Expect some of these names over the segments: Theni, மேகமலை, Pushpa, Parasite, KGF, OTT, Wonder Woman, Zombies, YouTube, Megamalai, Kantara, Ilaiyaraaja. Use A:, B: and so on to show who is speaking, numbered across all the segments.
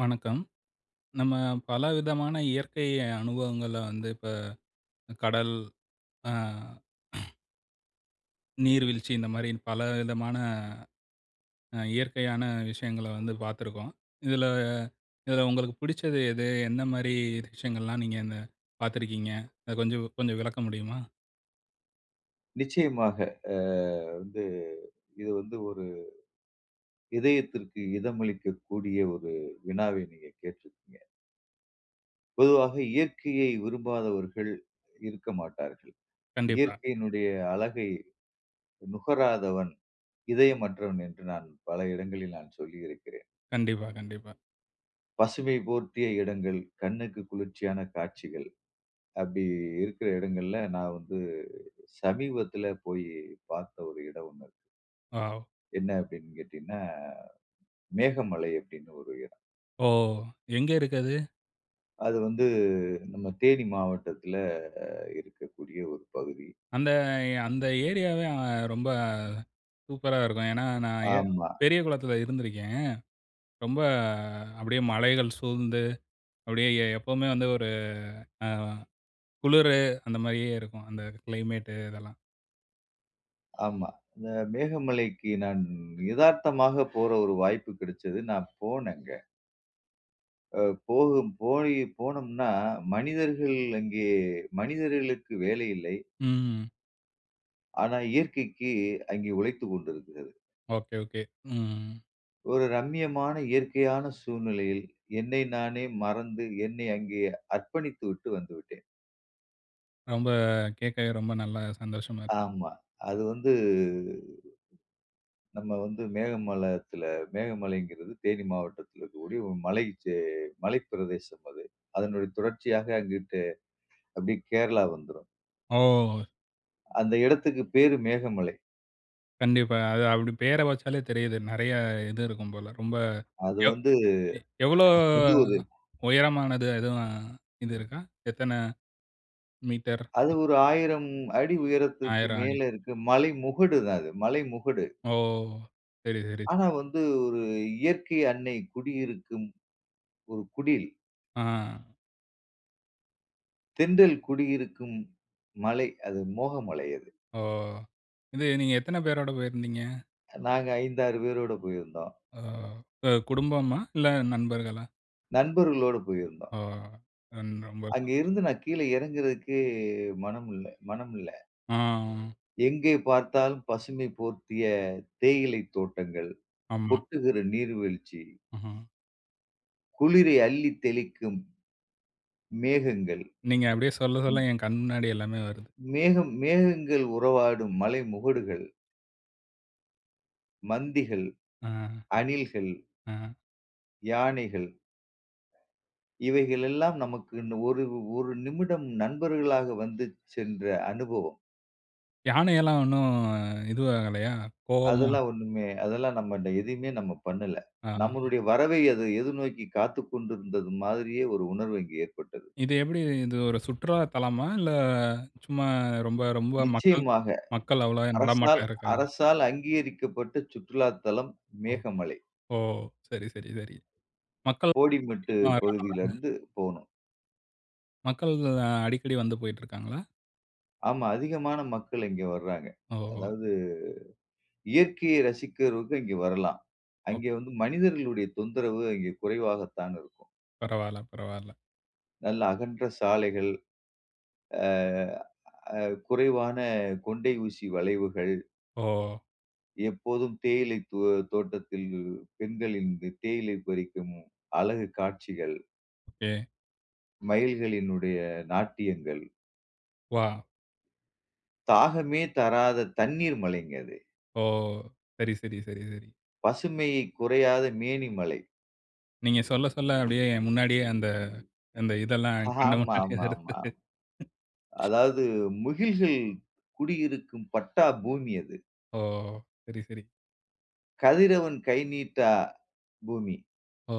A: வணக்கம். நம்ம பல விதமான இயற்கை அனுபவங்கள இப்ப கடல், அ நீர்வீழ்ச்சி இந்த மாரி பல விதமான இயற்கையான விஷயங்கள பார்த்துருக்கோம். இதுல இதுல உங்களுக்கு பிடிச்சது எது? எந்த மாரி விஷயங்கள்லாம் நீங்க இந்த பார்த்துருக்கீங்க? அத கொஞ்சம் கொஞ்சம் விளக்க முடியுமா?
B: நிச்சயமாக. அ வந்து இது ஒரு இதயத்திற்கு இதமளிக்கக்கூடிய ஒரு வினாவை நீங்க கேட்டிருக்கீங்க. பொதுவாக இயற்கையை விரும்பாதவர்கள் இருக்க மாட்டார்கள்.
A: கண்டிப்பா,
B: இயற்கையினுடைய அழகை நுகராதவன் இதயமற்றவன் என்று நான் பல இடங்களில் சொல்லியிருக்கிறேன்.
A: கண்டிப்பா, கண்டிப்பா.
B: பசுமை போர்த்திய இடங்கள், கண்ணுக்கு குளிர்ச்சியான காட்சிகள், அப்படி இருக்கிற இடங்கள்ல நான் சமீபத்தில போய் பார்த்த ஒரு இடம் ஒண்ணு இருக்கு.
A: வாவ்!
B: என்ன அப்படின்னு கேட்டீங்கன்னா, மேகமலை அப்படின்னு ஒரு இடம்.
A: ஓ! எங்க இருக்கு அது?
B: அது நம்ம தேனி மாவட்டத்துல இருக்கக்கூடிய ஒரு பகுதி.
A: அந்த அந்த ஏரியாவே ரொம்ப சூப்பரா இருக்கும். ஏன்னா நான்
B: ஆமா,
A: பெரிய குளத்துல இருந்திருக்கேன். ரொம்ப அப்படியே மலைகள் சூழ்ந்து, அப்படியே எ எப்பவுமே ஒரு அ குளிரு அந்த மாரியே இருக்கும். அந்த கிளைமேட்டு இதெல்லாம்.
B: ஆமா. இந்த மேகமலைக்கு நான் எதார்த்தமாக போற ஒரு வாய்ப்பு கிடைச்சது. நான் போனேங்க. அ போகும் போய் போனோம்னா, மனிதர்கள் அங்கே மனிதர்களுக்கு வேலை இல்லை.
A: ம்.
B: ஆனா இயற்கைக்கு அங்கே உழைத்துக் கொண்டிருக்கிறது.
A: Okay, okay. ம்.
B: ஒரு ரம்மியமான இயற்கையான சூழ்நிலையில் என்னை நானே மறந்து, என்னை அங்கே அர்ப்பணித்து விட்டு வந்துவிட்டேன்.
A: ரொம்ப கேட்கவே ரொம்ப நல்லா சந்தோஷமா இருக்கு.
B: ஆமா. அது நம்ம மேகமலைங்கிறது தேனி மாவட்டத்தில இருக்கக்கூடிய ஒரு மலை சே மலைப்பிரதேசம் அது. அதனுடைய தொடர்ச்சியாக அங்கிட்டு அப்படியே கேரளா வந்துரும்.
A: ஓ!
B: அந்த இடத்துக்கு பேரு மேகமலை.
A: கண்டிப்பா. அது அப்படி பேர வச்சாலே தெரியுது. நெறைய இது இருக்கும் போல. ரொம்ப
B: அது
A: எவ்
B: வந்து
A: எ எவ்வளோ
B: வந்து ஒரு
A: உயரமானது எதுவும் இது இருக்கா? எத்தன மீட்டர்?
B: அது ஒரு 1000 அடி உயரத்திற்கு
A: 1000
B: மேல
A: அடி.
B: இருக்க மலை முகடு தான் அது. மலை முகடு.
A: ஓ! சரி, சரி.
B: ஆனா வந்து ஒரு இயற்கை அன்னை குடியிருக்கும் ஒரு குடில்.
A: ஆ.
B: தென்றல் குடியிருக்கும் மலை. அது மோகமலை அது.
A: ஓ! இது நீங்க எத்தன பேரோட போயிருந்தீங்க?
B: நாங்க 5, 6 பேரோட போயிருந்தோம்.
A: ஆ. குடும்பமா? இல்ல நண்பர்களா?
B: நண்பர்களோட போயிருந்தோம்.
A: ஓ! ன் ரொம்ப
B: அங்க இருந்து நான் கீழ இறங்குறதுக்கே மனம் இல்ல.
A: ஆ.
B: எங்கே பார்த்தாலும் பசுமை போர்த்திய தேயிலை தோட்டங்கள்,
A: ஆமா.
B: கொட்டுகிற நீர்வீழ்ச்சி,
A: ம்ஹ்ம்.
B: குளிரை அள்ளித் தெளிக்கும் மேகங்கள்,
A: நீங்க அப்படியே சொல்ல
B: ம்
A: சொல்ல என் கண் முன்னாடி எல்லாமே வருது.
B: மேகம் மேகங்கள் உறவாடும் மலை முகடுகள், மந்திகள்,
A: ஆ,
B: அணில்கள்,
A: ஆ.
B: யானைகள் இவைகள் எல்லாம் நமக்கு இன்னும் ஒரு ஒரு நிமிடம் நண்பர்களாக வந்து சென்ற அனுபவம்.
A: யானையெல்லாம் ஒண்ணும் இதுவாகலையா? கோவமா
B: அதெல்லாம் நம்ம இந்த எதையுமே நம்ம பண்ணல.
A: ஆ.
B: நம்மளுடைய வரவை அது எதிர்நோக்கி காத்துக் கொண்டிருந்தது மாதிரியே ஒரு உணர்வு இங்கு ஏற்பட்டது.
A: இது எப்படி இது ஒரு சுற்றுலா தலமா? இல்ல சும்மா ரொம்ப ரொம்ப மக்கள்
B: நிச்சயமாக
A: மக்கள் அவ்வளவா
B: அரசால்
A: நடமாட்டம் இருக்காது.
B: அரசால் அங்கீகரிக்கப்பட்ட சுற்றுலாத்தலம்
A: ஓ!
B: மேகமலை.
A: ஓ! சரி, சரி, சரி. மக்கள்
B: போடிமெட்டு
A: அதிகமா வராங்களா?
B: பகுதியிலிருந்து போணும்.
A: மக்கள் அடிக்கடி வந்து போயிட்டு இருக்காங்களா?
B: ஆமா, அதிகமான மக்கள் இங்க வர்றாங்க.
A: ஓ!
B: அதாவது, இயற்கையை ரசிக்கிறவங்க இங்க வரலாம்.
A: ஓ!
B: அங்கே மனிதர்களுடைய தொந்தரவு இங்கே குறைவாகத்தான் இருக்கும்.
A: பரவால்ல, பரவால்ல.
B: நல்ல அகன்ற சாலைகள், அ அ குறைவான கொண்டை ஊசி வளைவுகள்.
A: ஓ!
B: எப்போதும் தேயிலை தோ தோட்டத்தில் பெண்களின் இந்த தேயிலை பறிக்கும் அழகு காட்சிகள்,
A: ஓகே.
B: மயில்களினுடைய நாட்டியங்கள்,
A: வாவ்!
B: தாகமே தராத தண்ணீர் மலைங்க அது.
A: ஓ! சரி, சரி, சரி, சரி.
B: பசுமை குறையாத மேனி மலை.
A: நீங்க சொல்ல, சொல்ல அப்படியே என் முன்னாடியே அந்த அந்த இதெல்லாம் கண்ணு
B: ஆமா,
A: முன்னாடியே
B: ஆமா, ஆமா.
A: இருந்தது.
B: அதாவது, முகில்கள் குடியிருக்கும் பட்டா பூமி அது.
A: ஓ! சரி, சரி.
B: கதிரவன் கை நீட்டா பூமி.
A: ஓ!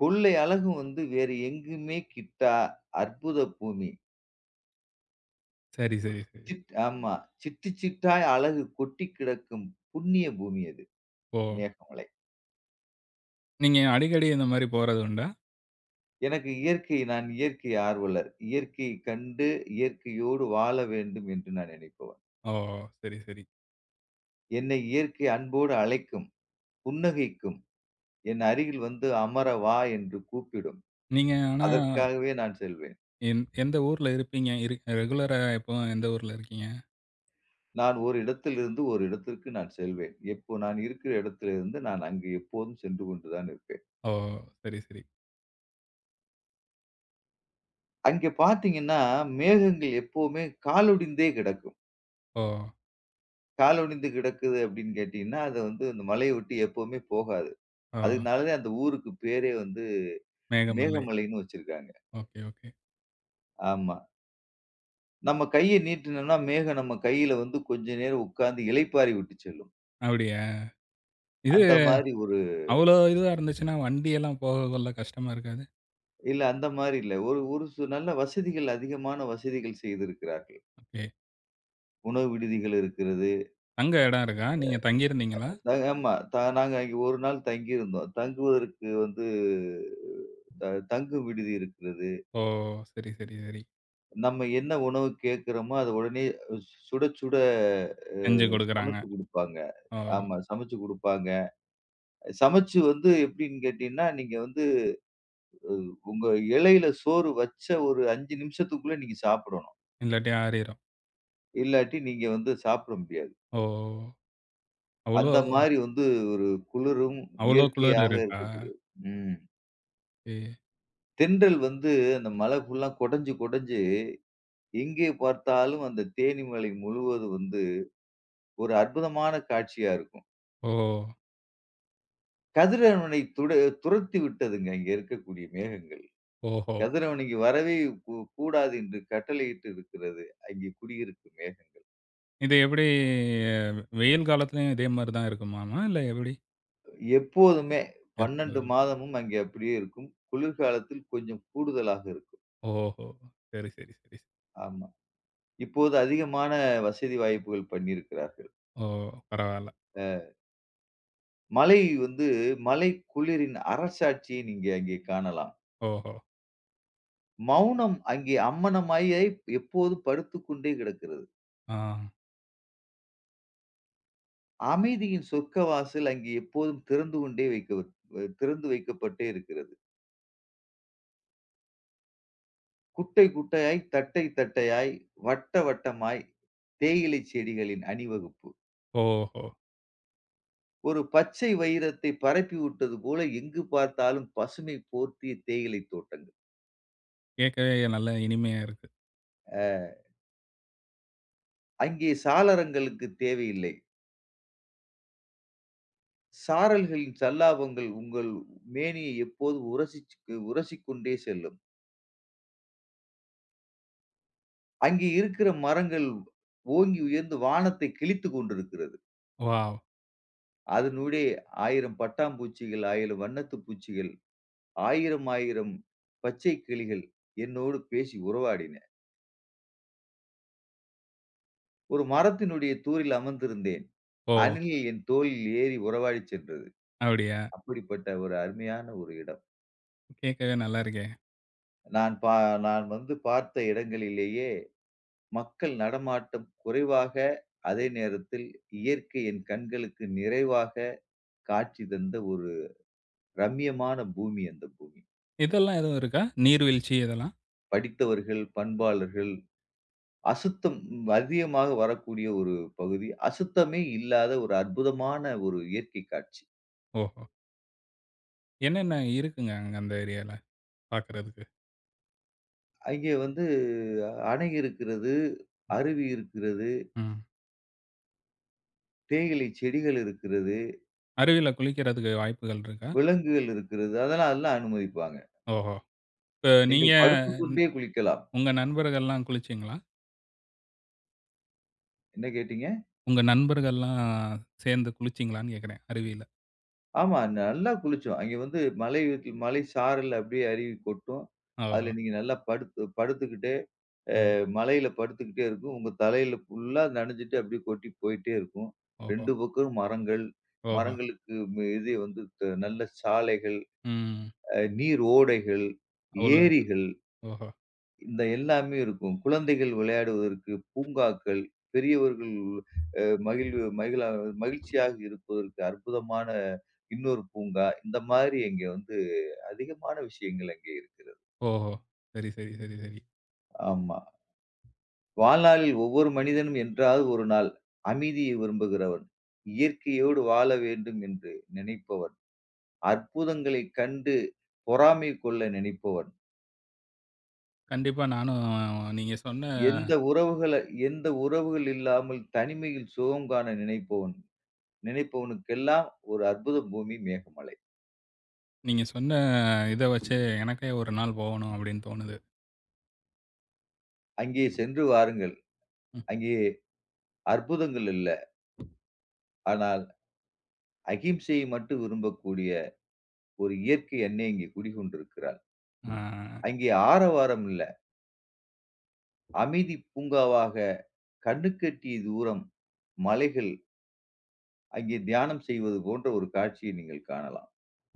B: கொள்ளை அழகு வேறு எங்குமே கிட்டா அற்புத பூமி.
A: சரி, சரி, சரி.
B: ஆமா. சிட்டு சிட்டாய் அழகு கொட்டிக் கிடக்கும் புண்ணிய பூமி அது.
A: ஓ!
B: மேகமலை.
A: நீங்க அடிக்கடி இந்த மாரி போறது உண்டா?
B: எனக்கு இயற்கை ஆர்வலர். இயற்கையோடு வாழ வேண்டும் என்று நான் நினைப்பவன்.
A: ஓ! சரி, சரி.
B: என்னை இயற்கை அன்போடு அழைக்கும், புன்னகைக்கும். என் அருகில் வந்து அமர வா என்று கூப்பிடும்.
A: நீங்க ஆனா
B: அதற்காகவே நான் செல்வேன்.
A: எந்த ஊர்ல இருப்பீங்க? ரெகுலரா எப்பவும் எந்த ஊர்ல இருக்கீங்க?
B: நான் ஒரு இடத்திலிருந்து ஒரு இடத்திற்கு செல்வேன். எப்போ நான் இருக்கிற இடத்திலிருந்து நான் அங்கு எப்போதும் சென்று கொண்டுதான் இருப்பேன்.
A: ஓ! சரி, சரி.
B: அங்கே பார்த்தீங்கன்னா, மேகங்கள் எப்பவுமே காலொடிந்தே கிடக்கும்.
A: ஓ!
B: காலொடிந்து கிடக்குது அப்படின்னு கேட்டீங்கன்னா, அது அந்த மலையை விட்டு எப்பவுமே போகாது.
A: ஓ!
B: அதனாலயே அந்த ஊருக்கு பேரே வந்து
A: மேகமலை.
B: மேகமலைன்னு வச்சிருக்காங்க.
A: Okay, okay.
B: ஆமா. நம்ம கைய நீட்டுனோம்னா, மேகம் நம்ம கையில வந்து கொஞ்ச நேரம் உட்கார்ந்து இளைப்பாறி விட்டு செல்லும்.
A: அப்படியா? இது
B: அந்த மாரி ஒரு
A: அவ்வளோ இதுவா இருந்துச்சுன்னா, வண்டியெல்லாம் போக கொள்ள கஷ்டமா இருக்காது?
B: இல்ல, அந்த மாரி இல்ல. ஒரு ஒரு சு நல்ல வசதிகள், அதிகமான வசதிகள் செய்திருக்கிறார்கள்.
A: ஓகே.
B: உணவு விடுதிகள் இருக்கிறது.
A: தங்க இடம் இருக்கா? நீங்க தங்கியிருந்தீங்களா?
B: ஆமா. நாங்க அங்கே ஒரு நாள் தங்கியிருந்தோம். தங்குவதற்கு வந்து த தங்கும் விடுதி இருக்கிறது.
A: ஓ! சரி, சரி, சரி.
B: நம்ம என்ன உணவு கேட்கிறோமோ, அத உடனே சுட சுட அ
A: செஞ்சு குடுக்குறாங்க.
B: சமைச்சு குடுப்பாங்க.
A: ஓ!
B: ஆமா. சமைச்சு குடுப்பாங்க. சமைச்சு எப்படின்னு கேட்டீங்கன்னா, நீங்க வந்து உங்க இலையில சோறு வச்ச ஒரு 5 நிமிஷத்துக்குள்ள நீங்க சாப்பிடணும்.
A: இல்லாட்டி ஆறிரும்.
B: இல்லாட்டி நீங்க சாப்பிட முடியாது.
A: ஓ! அவ்ளோ
B: அந்த மாரி வந்து ஒரு குளிரும்,
A: அவ்ளோ குளிர்
B: இயற்கையாக
A: இருக்கா?
B: இருக்கக்கூடியது. ம்.
A: ஏ
B: தென்றல் அந்த மலை ஃபுல்லா கொடைஞ்சு, கொடைஞ்சு எங்கே பார்த்தாலும் அந்த தேனி மலை முழுவதும் வந்து ஒரு அற்புதமான காட்சியா இருக்கும்.
A: ஓ!
B: கதிரவனை துட துரத்தி விட்டதுங்க இங்க இருக்கக்கூடிய மேகங்கள்.
A: ஓஹோ!
B: கதிரவன் இங்க வரவே கூ கூடாது என்று கட்டளையிட்டு இருக்கிறது, அங்கே குடியிருக்கும்.
A: இது எப்படி வெயில் காலத்துலயும் இதே மாரி தான் இருக்குமாமா? இல்ல எப்படி?
B: எப்போதுமே 12
A: எப்பொழுதும்.
B: மாதமும் அங்கே அப்படியே இருக்கும். குளிர்காலத்தில் கொஞ்சம் கூடுதலாக இருக்கும்.
A: ஓஹோ! சரி, சரி, சரி.
B: ஆமா. இப்போது அதிகமான வசதி வாய்ப்புகள் பண்ணியிருக்கிறார்கள்.
A: ஓ! பரவால்ல.
B: மலை வந்து மலை குளிரின் அரசாட்சியை நீங்க அங்கே காணலாம்.
A: ஓஹோ!
B: மௌனம் அங்கே அம்மணமாய் எப்போதும் படுத்துக் கொண்டே கிடக்கிறது.
A: ஆ.
B: அமைதியின் சொர்க்கவாசல் அங்கே எப்போதும் திறந்து வைக்கப்பட்டே இருக்கிறது. குட்டை குட்டையாய், தட்டை தட்டையாய், வட்ட வட்டமாய் தேயிலை செடிகளின் அணிவகுப்பு.
A: ஓஹோ!
B: ஒரு பச்சை வைரத்தை பரப்பி விட்டது போல எங்கு பார்த்தாலும் பசுமை போர்த்திய தேயிலை தோட்டங்கள்.
A: கேட்கவே நல்லா இனிமையா இருக்கு.
B: அங்கே சாளரங்களுக்கு தேவையில்லை. சாரல்களின் சல்லாபங்கள் உங்கள் மேனியை எப்போது உரசிக் கொண்டே செல்லும். அங்கே இருக்கிற மரங்கள் ஓங்கி உயர்ந்து வானத்தை கிழித்துக் கொண்டிருக்கிறது.
A: வாவ்!
B: அதனுடைய 1000 பட்டாம்பூச்சிகள், 1000 வண்ணத்துப் பூச்சிகள், 1000, 1000 பச்சை கிளிகள் என்னோடு பேசி உறவாடின. ஒரு மரத்தினுடைய தூரில் அமர்ந்திருந்தேன்.
A: ஓ!
B: அணில் என் தோளில் ஏறி உறவாடிச் சென்றது.
A: அப்படியா?
B: அப்படிப்பட்ட ஒரு அருமையான ஒரு இடம்.
A: கேட்கவே நல்லா இருக்கே.
B: நான் பா நான் பார்த்த இடங்களிலேயே மக்கள் நடமாட்டம் குறைவாக, அதே நேரத்தில் இயற்கை என் கண்களுக்கு நிறைவாக காட்சி தந்த ஒரு ரம்மியமான பூமி அந்த பூமி.
A: இதெல்லாம் எதுவும் இருக்கா? நீர்வீழ்ச்சி இதெல்லாம்?
B: படித்தவர்கள், பண்பாளர்கள், அசுத்தம் அதிகமாக வரக்கூடிய ஒரு பகுதி. அசுத்தமே இல்லாத ஒரு அற்புதமான ஒரு இயற்கை காட்சி.
A: ஓஹோ! என்னென்ன இருக்குங்க அங்க அந்த ஏரியால பார்க்கறதுக்கு?
B: அங்கே அணை இருக்கிறது, அருவி இருக்கிறது,
A: ம்.
B: தேயிலை செடிகள் இருக்கிறது,
A: அருவில குளிக்கிறதுக்கு வாய்ப்புகள் இருக்கா?
B: விலங்குகள் இருக்கிறது. எல்லாம் அனுமதிப்பாங்க.
A: ஓஹோ! இப்ப நீங்க
B: நீங்கள் படுத்துக்கொண்டே குளிக்கலாம்.
A: உங்க நண்பர்கள்லாம் குளிச்சீங்களா?
B: என்ன கேட்டீங்க?
A: உங்க நண்பர்கள்லாம் சேர்ந்து குளிச்சீங்களான்னு கேட்கிறேன் அருவியில?
B: ஆமா. நல்லா குளிச்சோம். அங்கே வந்து மலை மலை சாரல் அப்படியே அருவி கொட்டும்.
A: ஓஹோ!
B: அதில நீங்க நல்லா படுத்துக்கிட்டே
A: ம்.
B: மலையில படுத்துக்கிட்டே இருக்கும். உங்க தலையில ஃபுல்லா நனைஞ்சுட்டு அப்படியே கொட்டி போயிட்டே இருக்கும்.
A: ஓஹோ!
B: 2 பக்கம் மரங்கள்.
A: ஓஹோ!
B: மரங்களுக்கு நல்ல சாலைகள்,
A: ம்.
B: அ நீர் ஓடைகள்,
A: அவ்ளோ
B: ஏரிகள்.
A: ஓஹோ!
B: இந்த எல்லாமே இருக்கும். குழந்தைகள் விளையாடுவதற்கு பூங்காக்கள், பெரியவர்கள் அ மகிழ்வு மகிழா மகிழ்ச்சியாக இருப்பதற்கு அற்புதமான இன்னொரு பூங்கா, இந்த மாதிரி இங்க வந்து அதிகமான விஷயங்கள் அங்கே இருக்கிறது.
A: ஓஹோ! சரி, சரி, சரி, சரி.
B: ஆமா. வாழ்நாளில் ஒவ்வொரு மனிதனும் என்றாவது ஒரு நாள் அமைதியை விரும்புகிறவன், இயற்கையோடு வாழ வேண்டும் என்று நினைப்பவன், அற்புதங்களைக் கண்டு பொறாமை கொள்ள நினைப்பவன்,
A: கண்டிப்பா நானும் நீங்க சொன்ன
B: எந்த உறவுகள எந்த உறவுகள் இல்லாமல் தனிமையில் சுகம் காண நினைப்பவன். நினைப்பவனுக்கெல்லாம் ஒரு அற்புத பூமி மேகமலை.
A: நீங்க சொன்ன இத வச்சு எனக்கே ஒரு நாள் போகணும் அப்டின்னு தோணுது.
B: அங்கே சென்று வாருங்கள்.
A: ம்.
B: அங்கே அற்புதங்கள் இல்ல. ஆனால் அகிம்சையை மட்டும் விரும்பக்கூடிய ஒரு இயற்கை அன்னை அங்கே குடிகொண்டிருக்கிறாள்.
A: ஆ
B: அங்கே ஆரவாரம் இல்ல. அமைதி பூங்காவாக கண்ணுக்கெட்டிய தூரம் மலைகள். அங்கே தியானம் செய்வது போன்ற ஒரு காட்சியை நீங்கள் காணலாம்.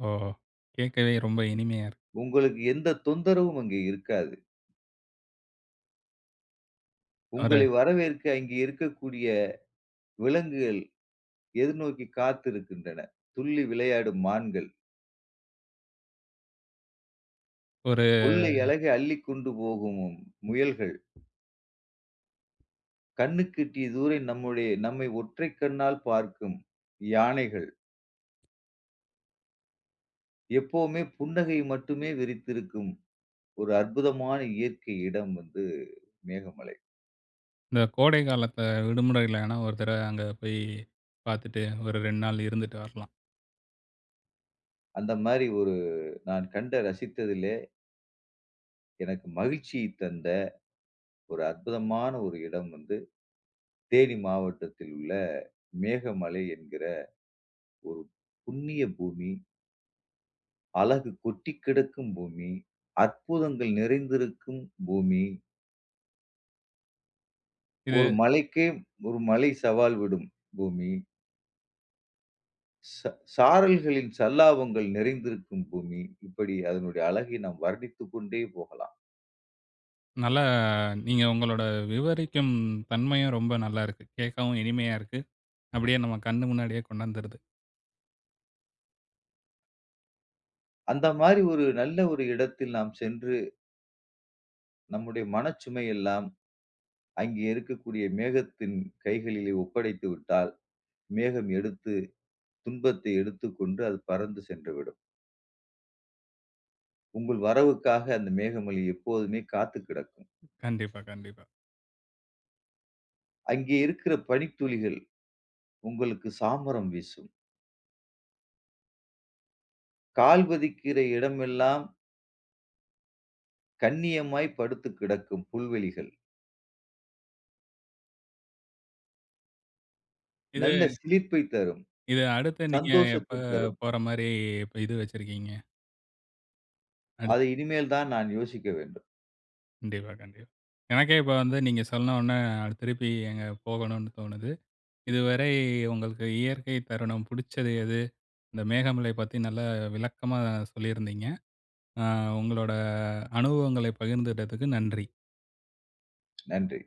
A: ஓஹோ! கேட்கவே ரொம்ப இனிமையா இருக்கு.
B: உங்களுக்கு எந்த தொந்தரவும் அங்கே இருக்காது.
A: ஒரு
B: உங்களை வரவேற்க அங்கே இருக்கக்கூடிய விலங்குகள் எதிர்நோக்கி காத்திருக்கின்றன. துள்ளி விளையாடும் மான்கள்.
A: ஒரு
B: கொள்ளை அழகை அள்ளிக் கொண்டு போகுமும் முயல்கள். கண்ணுக்கெட்டிய தூரை நம்மை ஒற்றைக் கண்ணால் பார்க்கும் யானைகள். எப்பவுமே புன்னகை மட்டுமே விரித்திருக்கும் ஒரு அற்புதமான இயற்கை இடம் வந்து மேகமலை.
A: இந்த கோடை காலத்துல விடுமுறையில வேணா ஒரு தடவ அங்க போய் பார்த்துட்டு, ஒரு 2 நாள் இருந்துட்டு வரலாம்.
B: அந்த மாரி ஒரு நான் கண்டு ரசித்ததிலே எனக்கு மகிழ்ச்சி தந்த ஒரு அற்புதமான ஒரு இடம் வந்து தேனி மாவட்டத்தில் உள்ள மேகமலை என்கிற ஒரு புண்ணிய பூமி. அழகு கொட்டிக் கிடக்கும் பூமி. அற்புதங்கள் நிறைந்திருக்கும் பூமி. ஒரு
A: இது
B: மலைக்கே ஒரு மலை சவால் விடும் பூமி. ச சாரல்களின் சல்லாபங்கள் நிறைந்திருக்கும் பூமி. இப்படி அதனுடைய அழகை நாம் வர்ணித்துக் கொண்டே போகலாம்.
A: நல்லா நீங்க உங்களோட விவரிக்கும் தன்மையும் ரொம்ப நல்லா இருக்கு. கேட்கவும் இனிமையா இருக்கு. அப்படியே நம்ம கண்ணு முன்னாடியே கொண்டாந்துருது.
B: அந்த மாரி ஒரு நல்ல ஒரு இடத்தில் நாம் சென்று, நம்முடைய மனச்சுமை எல்லாம் அங்கே இருக்கக்கூடிய மேகத்தின் கைகளிலே ஒப்படைத்து விட்டால், மேகம் எடுத்து துன்பத்தை எடுத்துக்கொண்டு அது பறந்து சென்றுவிடும். உங்கள் வரவுக்காக அந்த மேகமலை எப்போதுமே காத்துக் கிடக்கும்.
A: கண்டிப்பா, கண்டிப்பா.
B: அங்கே இருக்கிற பனித்துளிகள் உங்களுக்கு சாமரம் வீசும். கால் பதிக்கிற இடமெல்லாம் கண்ணியமாய் படுத்து கிடக்கும் புல்வெளிகள்,
A: இது
B: நல்ல சிலிர்ப்பைத் தரும்,
A: இது அடுத்து நீங்க எப்ப
B: சந்தோஷத்தைத் தரும்.
A: போற மாரி இப்ப இது வச்சிருக்கீங்க? அடுத்
B: அதை இனிமேல் தான் நான் யோசிக்க வேண்டும்.
A: கண்டிப்பா, கண்டிப்பா. எனக்கே இப்ப வந்து நீங்க சொன்ன உடனே அடுத்து திருப்பி அங்க போகணும்னு தோணுது. இதுவரை உங்களுக்கு இயற்கை தருணம் புடிச்சது எது? இந்த மேகமலை பத்தி நல்லா விளக்கமா சொல்லியிருந்தீங்க. அ உங்களோட அனுபவங்களை பகிர்ந்துட்டதுக்கு நன்றி.
B: நன்றி.